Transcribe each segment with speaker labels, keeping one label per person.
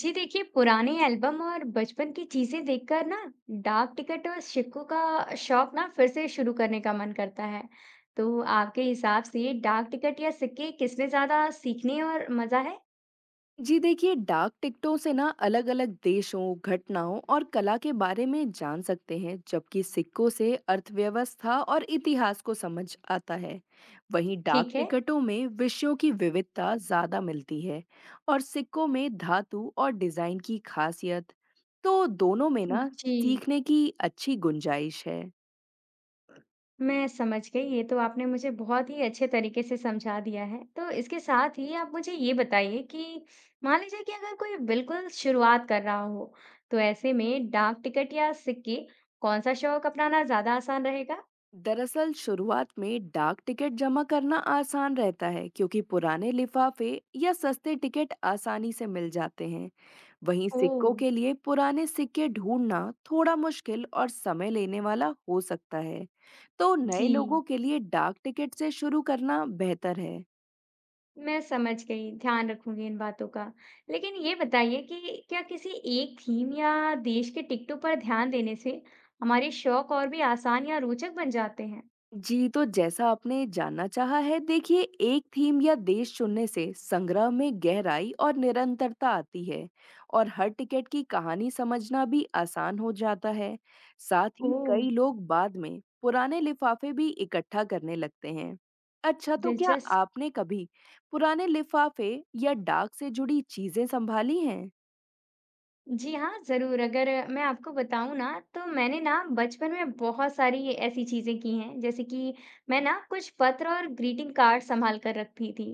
Speaker 1: जी देखिए, पुराने एल्बम और बचपन की चीजें देखकर ना डाक टिकट और सिक्कों का शौक ना फिर से शुरू करने का मन करता है। तो आपके हिसाब से डाक टिकट या सिक्के किसमें ज्यादा सीखने और मजा है?
Speaker 2: जी देखिए, डाक टिकटों से ना अलग अलग देशों, घटनाओं और कला के बारे में जान सकते हैं, जबकि सिक्कों से अर्थव्यवस्था और इतिहास को समझ आता है। वहीं डाक
Speaker 1: ठीक है।
Speaker 2: टिकटों में विषयों की विविधता ज्यादा मिलती है और सिक्कों में धातु और डिजाइन की खासियत। तो दोनों में ना
Speaker 1: जी,
Speaker 2: सीखने की अच्छी गुंजाइश है।
Speaker 1: मैं समझ गई। ये तो आपने मुझे बहुत ही अच्छे तरीके से समझा दिया है। तो इसके साथ ही आप मुझे ये बताइए कि मान लीजिए कि अगर कोई बिल्कुल शुरुआत कर रहा हो, तो ऐसे में डाक टिकट या सिक्के कौन सा शौक अपनाना ज्यादा आसान रहेगा?
Speaker 2: दरअसल शुरुआत में डाक टिकट जमा करना आसान रहता है, क्योंकि पुराने लिफाफे या सस्ते टिकट आसानी से मिल जाते हैं। वहीं
Speaker 1: ओह!
Speaker 2: सिक्कों के लिए पुराने सिक्के ढूंढना थोड़ा मुश्किल और समय लेने वाला हो सकता है। तो नए
Speaker 1: जी,
Speaker 2: लोगों के लिए डाक टिकट से शुरू करना बेहतर है।
Speaker 1: मैं समझ गई, ध्यान रखूँगी इन बातों का। लेकिन ये बताइए कि क्या किसी एक थीम या देश के टिकटों पर ध्यान देने से हमारे शौक और भी आसान या रोचक बन जाते हैं?
Speaker 2: जी, तो जैसा आपने जानना चाहा है, देखिए, एक थीम या देश चुनने से संग्रह में गहराई और निरंतरता आती है और हर टिकट की कहानी समझना भी आसान हो जाता है। साथ ही
Speaker 1: ओह!
Speaker 2: कई लोग बाद में पुराने लिफाफे भी इकट्ठा करने लगते हैं। अच्छा, तो क्या
Speaker 1: दिलचस्प।
Speaker 2: आपने कभी पुराने लिफाफे या डाक से जुड़ी चीजें संभाली हैं?
Speaker 1: जी हाँ, ज़रूर। अगर मैं आपको बताऊँ ना, तो मैंने ना बचपन में बहुत सारी ऐसी चीज़ें की हैं, जैसे कि मैं ना कुछ पत्र और ग्रीटिंग कार्ड सँभाल कर रखती थी।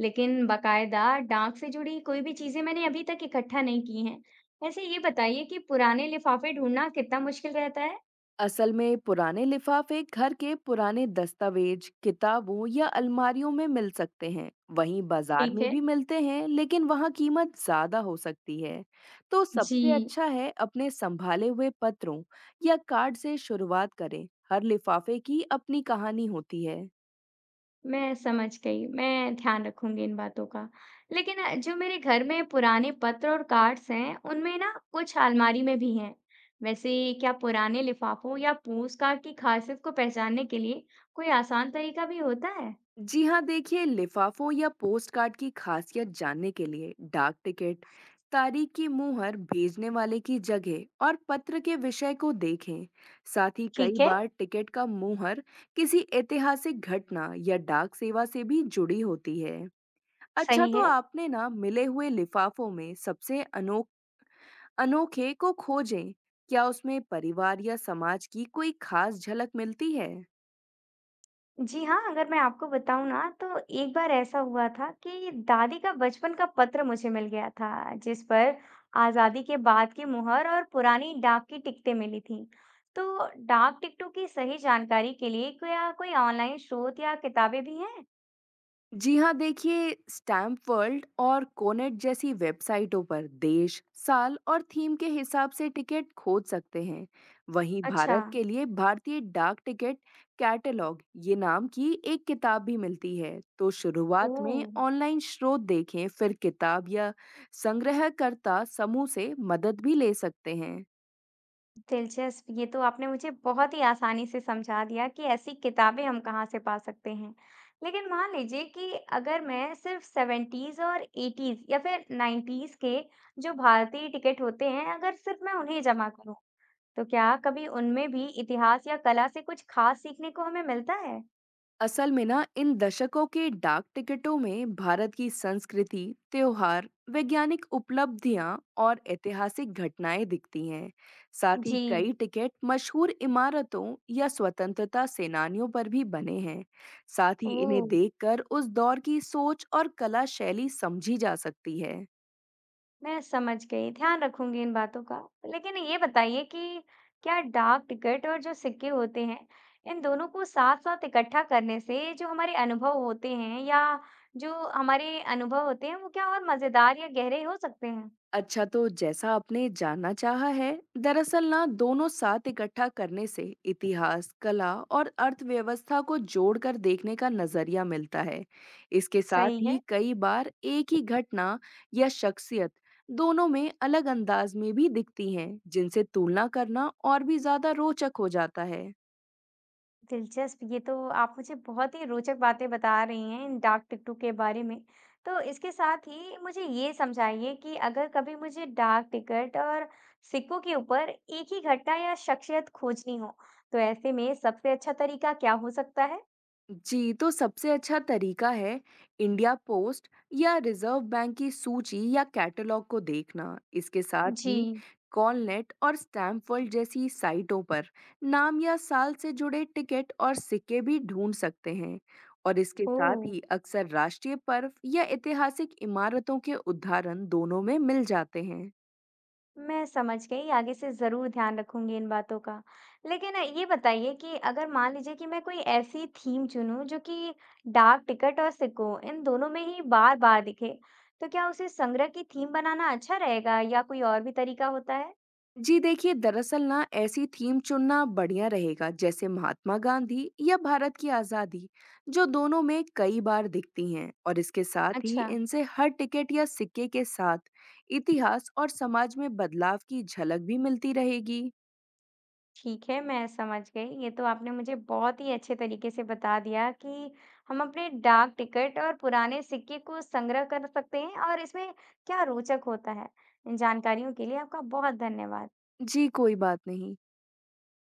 Speaker 1: लेकिन बाकायदा डाक से जुड़ी कोई भी चीज़ें मैंने अभी तक इकट्ठा नहीं की हैं। वैसे ये बताइए कि पुराने लिफ़ाफ़े ढूँढना कितना मुश्किल रहता है?
Speaker 2: असल में पुराने लिफाफे घर के पुराने दस्तावेज, किताबों या अलमारियों में मिल सकते हैं। वहीं बाजार
Speaker 1: ठीक
Speaker 2: में
Speaker 1: है।
Speaker 2: भी मिलते हैं, लेकिन वहां कीमत ज्यादा हो सकती है। तो
Speaker 1: जी।
Speaker 2: सबसे अच्छा है अपने संभाले हुए पत्रों या कार्ड से शुरुआत करें। हर लिफाफे की अपनी कहानी होती है।
Speaker 1: मैं समझ गई, मैं ध्यान रखूंगी इन बातों का। लेकिन जो मेरे घर में पुराने पत्र और कार्ड्स हैं, उनमें ना कुछ अलमारी में भी हैं। वैसे, क्या पुराने लिफाफों या पोस्टकार्ड की खासियत को पहचानने के लिए कोई आसान तरीका भी होता है?
Speaker 2: जी हाँ, देखिए, लिफाफों या पोस्टकार्ड की खासियत जानने के लिए डाक टिकट, तारीख की मुहर, भेजने वाले की जगह और पत्र के विषय को देखें। साथ ही कई
Speaker 1: ठीक है।
Speaker 2: बार टिकट का मुहर किसी ऐतिहासिक घटना या डाक सेवा से भी जुड़ी होती है। अच्छा,
Speaker 1: सही
Speaker 2: तो
Speaker 1: है।
Speaker 2: आपने ना मिले हुए लिफाफों में सबसे अनोखे को खोजें। क्या उसमें परिवार या समाज की कोई खास झलक मिलती है?
Speaker 1: जी हाँ, अगर मैं आपको बताऊँ ना तो एक बार ऐसा हुआ था कि दादी का बचपन का पत्र मुझे मिल गया था, जिस पर आज़ादी के बाद की मुहर और पुरानी डाक की टिकटें मिली थी। तो डाक टिकटों की सही जानकारी के लिए क्या कोई ऑनलाइन स्रोत या किताबें भी हैं?
Speaker 2: जी हाँ, देखिए, स्टैम्प वर्ल्ड और कोनेट जैसी वेबसाइटों पर देश, साल और थीम के हिसाब से टिकट खोज सकते हैं। वहीं
Speaker 1: अच्छा।
Speaker 2: भारत के लिए भारतीय डाक टिकट कैटलॉग, ये नाम की एक किताब भी मिलती है। तो शुरुआत
Speaker 1: ओह,
Speaker 2: में ऑनलाइन स्रोत देखें, फिर किताब या संग्रहकर्ता समूह से मदद भी ले सकते हैं।
Speaker 1: दिलचस्प! ये तो आपने मुझे बहुत ही आसानी से समझा दिया कि ऐसी किताबें हम कहाँ से पा सकते हैं। लेकिन मान लीजिए कि अगर मैं सिर्फ सेवेंटीज और एटीज या फिर नाइन्टीज के जो भारतीय टिकट होते हैं, अगर सिर्फ मैं उन्हें जमा करूं, तो क्या कभी उनमें भी इतिहास या कला से कुछ खास सीखने को हमें मिलता है?
Speaker 2: असल में ना इन दशकों के डाक टिकटों में भारत की संस्कृति, त्योहार, वैज्ञानिक उपलब्धियां और ऐतिहासिक घटनाएं दिखती हैं। साथ ही
Speaker 1: जी।
Speaker 2: कई टिकट मशहूर इमारतों या स्वतंत्रता सेनानियों पर भी बने हैं। साथ ही
Speaker 1: ओ,
Speaker 2: इन्हें देखकर उस दौर की सोच और कला शैली समझी जा सकती है।
Speaker 1: मैं समझ गई, ध्यान रखूंगी इन बातों का। लेकिन ये बताइए कि क्या डाक टिकट और जो सिक्के होते हैं, इन दोनों को साथ-साथ इकट्ठा करने से जो हमारे अनुभव होते हैं, या जो हमारे अनुभव होते हैं, वो क्या और मजेदार या गहरे हो सकते हैं?
Speaker 2: अच्छा, तो जैसा आपने जानना चाहा है, दरअसल ना दोनों साथ इकट्ठा करने से इतिहास, कला और अर्थव्यवस्था को जोड़कर देखने का नजरिया मिलता है। इसके साथ
Speaker 1: सही
Speaker 2: ही
Speaker 1: है।
Speaker 2: कई बार एक ही घटना या शख्सियत दोनों में अलग अंदाज में भी दिखती हैं, जिनसे तुलना करना और भी ज्यादा रोचक हो जाता है।
Speaker 1: दिलचस्प! ये तो आप मुझे बहुत ही रोचक बातें बता रही हैं इन डाक टिकटों के बारे में। तो इसके साथ ही मुझे ये समझाइए कि अगर कभी मुझे डाक टिकट और सिक्कों के ऊपर एक ही घटना या शख्सियत खोजनी हो, तो ऐसे में सबसे अच्छा तरीका क्या हो सकता है?
Speaker 2: जी, तो सबसे अच्छा तरीका है इंडिया पोस्ट या रिजर्व बैंक की सूची या कैटलॉग को देखना। इसके साथ
Speaker 1: जी।
Speaker 2: ही कॉलनेट और स्टैम्प वर्ल्ड जैसी साइटों पर नाम या साल से जुड़े टिकट और सिक्के भी ढूंढ सकते हैं। और इसके साथ
Speaker 1: ओह!
Speaker 2: ही अक्सर राष्ट्रीय पर्व या ऐतिहासिक इमारतों के उदाहरण दोनों में मिल जाते हैं।
Speaker 1: मैं समझ गई, आगे से ज़रूर ध्यान रखूंगी इन बातों का। लेकिन ये बताइए कि अगर मान लीजिए कि मैं कोई ऐसी थीम चुनूं जो कि डाक टिकट और सिक्कों इन दोनों में ही बार-बार दिखे, तो क्या उसे संग्रह की थीम बनाना अच्छा रहेगा या कोई और भी तरीका होता है?
Speaker 2: जी देखिए, दरअसल ना ऐसी थीम चुनना बढ़िया रहेगा, जैसे महात्मा गांधी या भारत की आज़ादी, जो दोनों में कई बार दिखती हैं। और इसके साथ ही
Speaker 1: अच्छा।
Speaker 2: इनसे हर टिकट या सिक्के के साथ इतिहास और समाज में बदलाव की झलक भी मिलती रहेगी।
Speaker 1: ठीक है, मैं समझ गई। ये तो आपने मुझे बहुत ही अच्छे तरीके से बता दिया कि हम अपने डाक टिकट और पुराने सिक्के को संग्रह कर सकते हैं और इसमें क्या रोचक होता है। इन जानकारियों के लिए आपका बहुत धन्यवाद।
Speaker 2: जी, कोई बात नहीं।